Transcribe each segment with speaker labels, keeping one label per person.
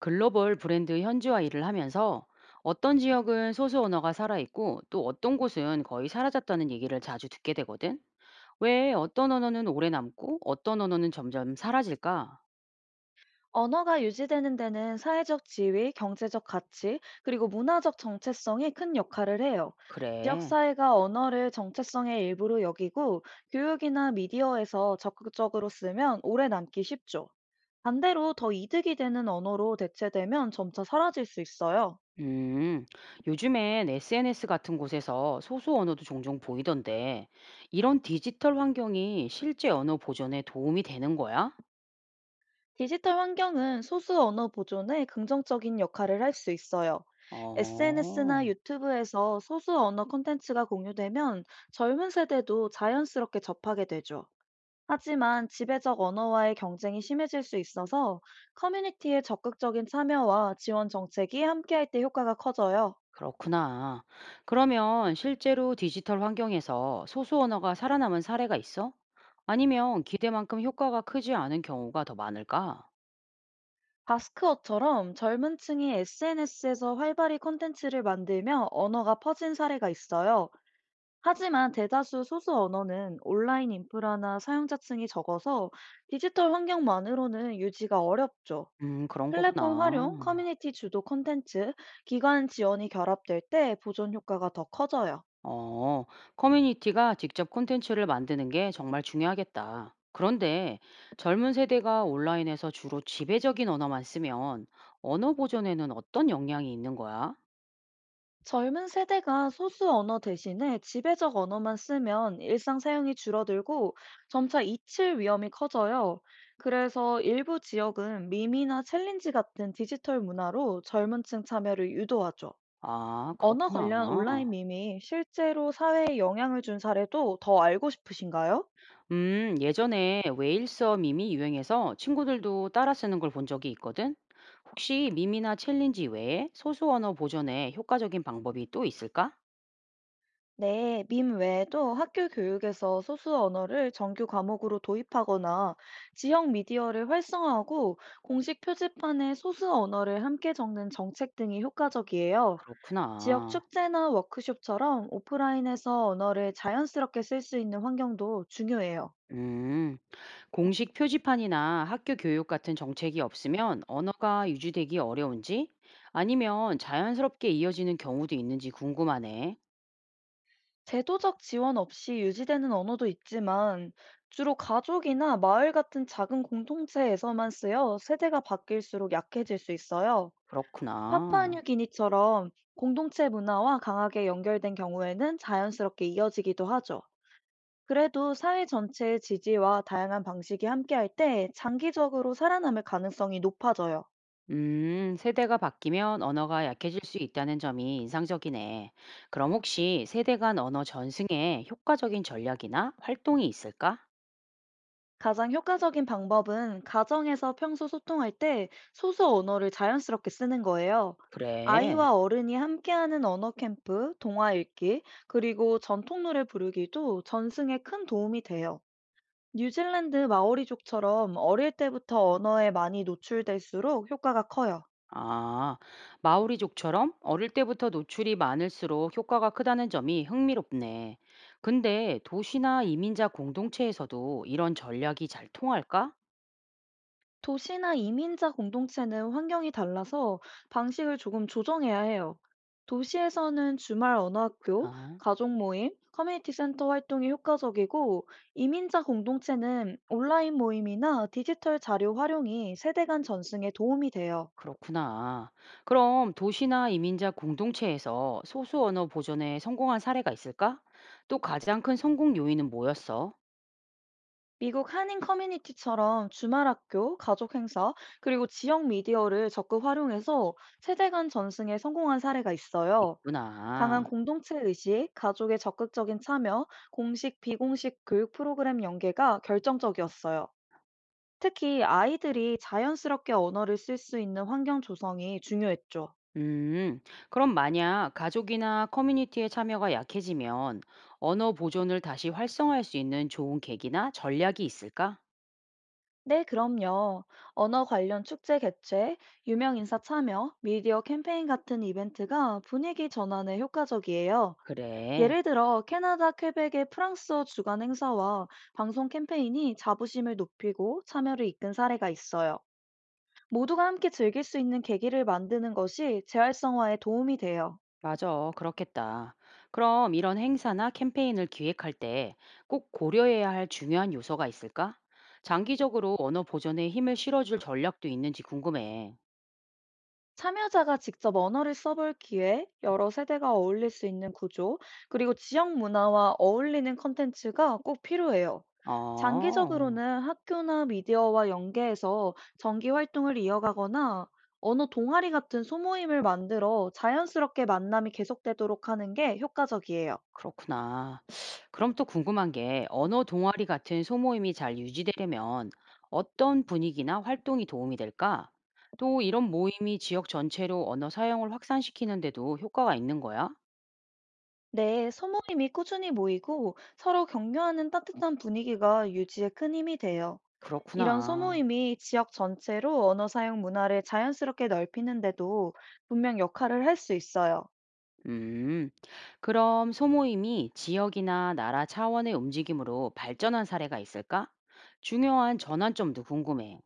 Speaker 1: 글로벌 브랜드 현지화 일을 하면서 어떤 지역은 소수 언어가 살아있고 또 어떤 곳은 거의 사라졌다는 얘기를 자주 듣게 되거든. 왜 어떤 언어는 오래 남고 어떤 언어는 점점 사라질까?
Speaker 2: 언어가 유지되는 데는 사회적 지위, 경제적 가치, 그리고 문화적 정체성이 큰 역할을 해요. 지역
Speaker 1: 그래.
Speaker 2: 사회가 언어를 정체성의 일부로 여기고 교육이나 미디어에서 적극적으로 쓰면 오래 남기 쉽죠. 반대로 더 이득이 되는 언어로 대체되면 점차 사라질 수 있어요.
Speaker 1: 음, 요즘엔 SNS 같은 곳에서 소수 언어도 종종 보이던데, 이런 디지털 환경이 실제 언어 보존에 도움이 되는 거야?
Speaker 2: 디지털 환경은 소수 언어 보존에 긍정적인 역할을 할 수 있어요. SNS나
Speaker 1: 어.
Speaker 2: 유튜브에서 소수 언어 콘텐츠가 공유되면 젊은 세대도 자연스럽게 접하게 되죠. 하지만 지배적 언어와의 경쟁이 심해질 수 있어서 커뮤니티의 적극적인 참여와 지원 정책이 함께할 때 효과가 커져요.
Speaker 1: 그렇구나. 그러면 실제로 디지털 환경에서 소수 언어가 살아남은 사례가 있어? 아니면 기대만큼 효과가 크지 않은 경우가 더 많을까?
Speaker 2: 바스크어처럼 젊은 층이 SNS에서 활발히 콘텐츠를 만들며 언어가 퍼진 사례가 있어요. 하지만 대다수 소수 언어는 온라인 인프라나 사용자층이 적어서 디지털 환경만으로는 유지가 어렵죠.
Speaker 1: 그런
Speaker 2: 플랫폼 활용,
Speaker 1: 거구나.
Speaker 2: 커뮤니티 주도 콘텐츠, 기관 지원이 결합될 때 보존 효과가 더 커져요.
Speaker 1: 어, 커뮤니티가 직접 콘텐츠를 만드는 게 정말 중요하겠다. 그런데 젊은 세대가 온라인에서 주로 지배적인 언어만 쓰면 언어 보존에는 어떤 영향이 있는 거야?
Speaker 2: 젊은 세대가 소수 언어 대신에 지배적 언어만 쓰면 일상 사용이 줄어들고 점차 잊힐 위험이 커져요. 그래서 일부 지역은 밈이나 챌린지 같은 디지털 문화로 젊은 층 참여를 유도하죠.
Speaker 1: 아,
Speaker 2: 언어 관련
Speaker 1: 그렇구나.
Speaker 2: 온라인 밈이 실제로 사회에 영향을 준 사례도 더 알고 싶으신가요?
Speaker 1: 예전에 웨일서 밈이 유행해서 친구들도 따라 쓰는 걸 본 적이 있거든. 혹시 밈이나 챌린지 외에 소수 언어 보존에 효과적인 방법이 또 있을까?
Speaker 2: 네, 밈 외에도 학교 교육에서 소수 언어를 정규 과목으로 도입하거나 지역 미디어를 활성화하고 공식 표지판에 소수 언어를 함께 적는 정책 등이 효과적이에요. 지역
Speaker 1: 그렇구나.
Speaker 2: 축제나 워크숍처럼 오프라인에서 언어를 자연스럽게 쓸 수 있는 환경도 중요해요.
Speaker 1: 음, 공식 표지판이나 학교 교육 같은 정책이 없으면 언어가 유지되기 어려운지 아니면 자연스럽게 이어지는 경우도 있는지 궁금하네.
Speaker 2: 제도적 지원 없이 유지되는 언어도 있지만 주로 가족이나 마을 같은 작은 공동체에서만 쓰여 세대가 바뀔수록 약해질 수 있어요.
Speaker 1: 그렇구나.
Speaker 2: 파푸아뉴기니처럼 공동체 문화와 강하게 연결된 경우에는 자연스럽게 이어지기도 하죠. 그래도 사회 전체의 지지와 다양한 방식이 함께할 때 장기적으로 살아남을 가능성이 높아져요.
Speaker 1: 세대가 바뀌면 언어가 약해질 수 있다는 점이 인상적이네. 그럼 혹시 세대 간 언어 전승에 효과적인 전략이나 활동이 있을까?
Speaker 2: 가장 효과적인 방법은 가정에서 평소 소통할 때 소수 언어를 자연스럽게 쓰는 거예요.
Speaker 1: 그래.
Speaker 2: 아이와 어른이 함께하는 언어 캠프, 동화 읽기, 그리고 전통 노래 부르기도 전승에 큰 도움이 돼요. 뉴질랜드 마오리족처럼 어릴 때부터 언어에 많이 노출될수록 효과가 커요.
Speaker 1: 아, 마오리족처럼 어릴 때부터 노출이 많을수록 효과가 크다는 점이 흥미롭네. 근데 도시나 이민자 공동체에서도 이런 전략이 잘 통할까?
Speaker 2: 도시나 이민자 공동체는 환경이 달라서 방식을 조금 조정해야 해요. 도시에서는 주말 언어학교,
Speaker 1: 아.
Speaker 2: 가족 모임, 커뮤니티 센터 활동이 효과적이고, 이민자 공동체는 온라인 모임이나 디지털 자료 활용이 세대 간 전승에 도움이 돼요.
Speaker 1: 그렇구나. 그럼 도시나 이민자 공동체에서 소수 언어 보존에 성공한 사례가 있을까? 또 가장 큰 성공 요인은 뭐였어?
Speaker 2: 미국 한인 커뮤니티처럼 주말 학교, 가족 행사, 그리고 지역 미디어를 적극 활용해서 세대 간 전승에 성공한 사례가 있어요. 강한
Speaker 1: 있구나.
Speaker 2: 공동체 의식, 가족의 적극적인 참여, 공식, 비공식 교육 프로그램 연계가 결정적이었어요. 특히 아이들이 자연스럽게 언어를 쓸 수 있는 환경 조성이 중요했죠.
Speaker 1: 음, 그럼 만약 가족이나 커뮤니티의 참여가 약해지면 언어 보존을 다시 활성화할 수 있는 좋은 계기나 전략이 있을까?
Speaker 2: 네, 그럼요. 언어 관련 축제 개최, 유명 인사 참여, 미디어 캠페인 같은 이벤트가 분위기 전환에 효과적이에요.
Speaker 1: 그래.
Speaker 2: 예를 들어, 캐나다 퀘벡의 프랑스어 주간 행사와 방송 캠페인이 자부심을 높이고 참여를 이끈 사례가 있어요. 모두가 함께 즐길 수 있는 계기를 만드는 것이 재활성화에 도움이 돼요.
Speaker 1: 맞아, 그렇겠다. 그럼 이런 행사나 캠페인을 기획할 때 꼭 고려해야 할 중요한 요소가 있을까? 장기적으로 언어 보존에 힘을 실어줄 전략도 있는지 궁금해.
Speaker 2: 참여자가 직접 언어를 써볼 기회, 여러 세대가 어울릴 수 있는 구조, 그리고 지역 문화와 어울리는 컨텐츠가 꼭 필요해요.
Speaker 1: 어,
Speaker 2: 장기적으로는 학교나 미디어와 연계해서 정기 활동을 이어가거나 언어 동아리 같은 소모임을 만들어 자연스럽게 만남이 계속되도록 하는 게 효과적이에요.
Speaker 1: 그렇구나. 그럼 또 궁금한 게 언어 동아리 같은 소모임이 잘 유지되려면 어떤 분위기나 활동이 도움이 될까? 또 이런 모임이 지역 전체로 언어 사용을 확산시키는데도 효과가 있는 거야?
Speaker 2: 네, 소모임이 꾸준히 모이고 서로 격려하는 따뜻한 분위기가 유지에 큰 힘이 돼요. 이런
Speaker 1: 그렇구나.
Speaker 2: 소모임이 지역 전체로 언어 사용 문화를 자연스럽게 넓히는데도 분명 역할을 할 수 있어요.
Speaker 1: 음, 그럼 소모임이 지역이나 나라 차원의 움직임으로 발전한 사례가 있을까? 중요한 전환점도 궁금해.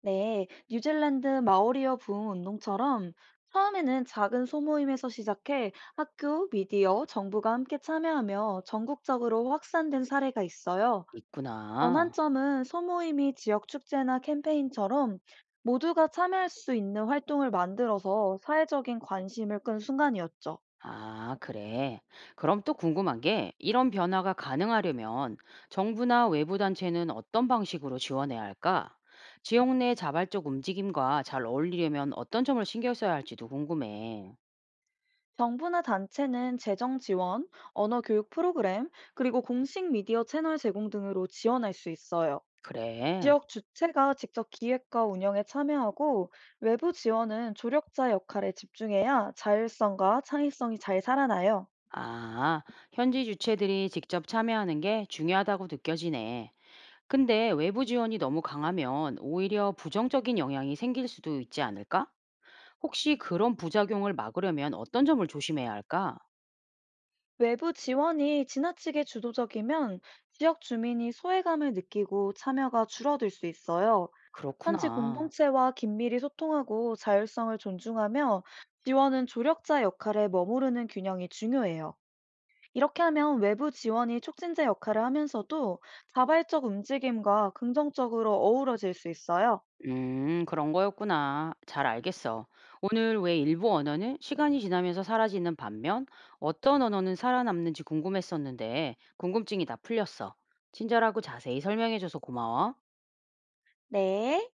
Speaker 2: 네, 뉴질랜드 마오리어 부흥 운동처럼 처음에는 작은 소모임에서 시작해 학교, 미디어, 정부가 함께 참여하며 전국적으로 확산된 사례가 있어요.
Speaker 1: 있구나.
Speaker 2: 전환점은 소모임이 지역 축제나 캠페인처럼 모두가 참여할 수 있는 활동을 만들어서 사회적인 관심을 끈 순간이었죠.
Speaker 1: 아, 그래. 그럼 또 궁금한 게 이런 변화가 가능하려면 정부나 외부 단체는 어떤 방식으로 지원해야 할까? 지역 내 자발적 움직임과 잘 어울리려면 어떤 점을 신경 써야 할지도 궁금해.
Speaker 2: 정부나 단체는 재정 지원, 언어 교육 프로그램, 그리고 공식 미디어 채널 제공 등으로 지원할 수 있어요.
Speaker 1: 그래.
Speaker 2: 지역 주체가 직접 기획과 운영에 참여하고 외부 지원은 조력자 역할에 집중해야 자율성과 창의성이 잘 살아나요.
Speaker 1: 아, 현지 주체들이 직접 참여하는 게 중요하다고 느껴지네. 근데 외부 지원이 너무 강하면 오히려 부정적인 영향이 생길 수도 있지 않을까? 혹시 그런 부작용을 막으려면 어떤 점을 조심해야 할까?
Speaker 2: 외부 지원이 지나치게 주도적이면 지역 주민이 소외감을 느끼고 참여가 줄어들 수 있어요. 현지
Speaker 1: 그렇구나.
Speaker 2: 공동체와 긴밀히 소통하고 자율성을 존중하며 지원은 조력자 역할에 머무르는 균형이 중요해요. 이렇게 하면 외부 지원이 촉진제 역할을 하면서도 자발적 움직임과 긍정적으로 어우러질 수 있어요.
Speaker 1: 그런 거였구나. 잘 알겠어. 오늘 왜 일부 언어는 시간이 지나면서 사라지는 반면 어떤 언어는 살아남는지 궁금했었는데 궁금증이 다 풀렸어. 친절하고 자세히 설명해줘서 고마워.
Speaker 2: 네.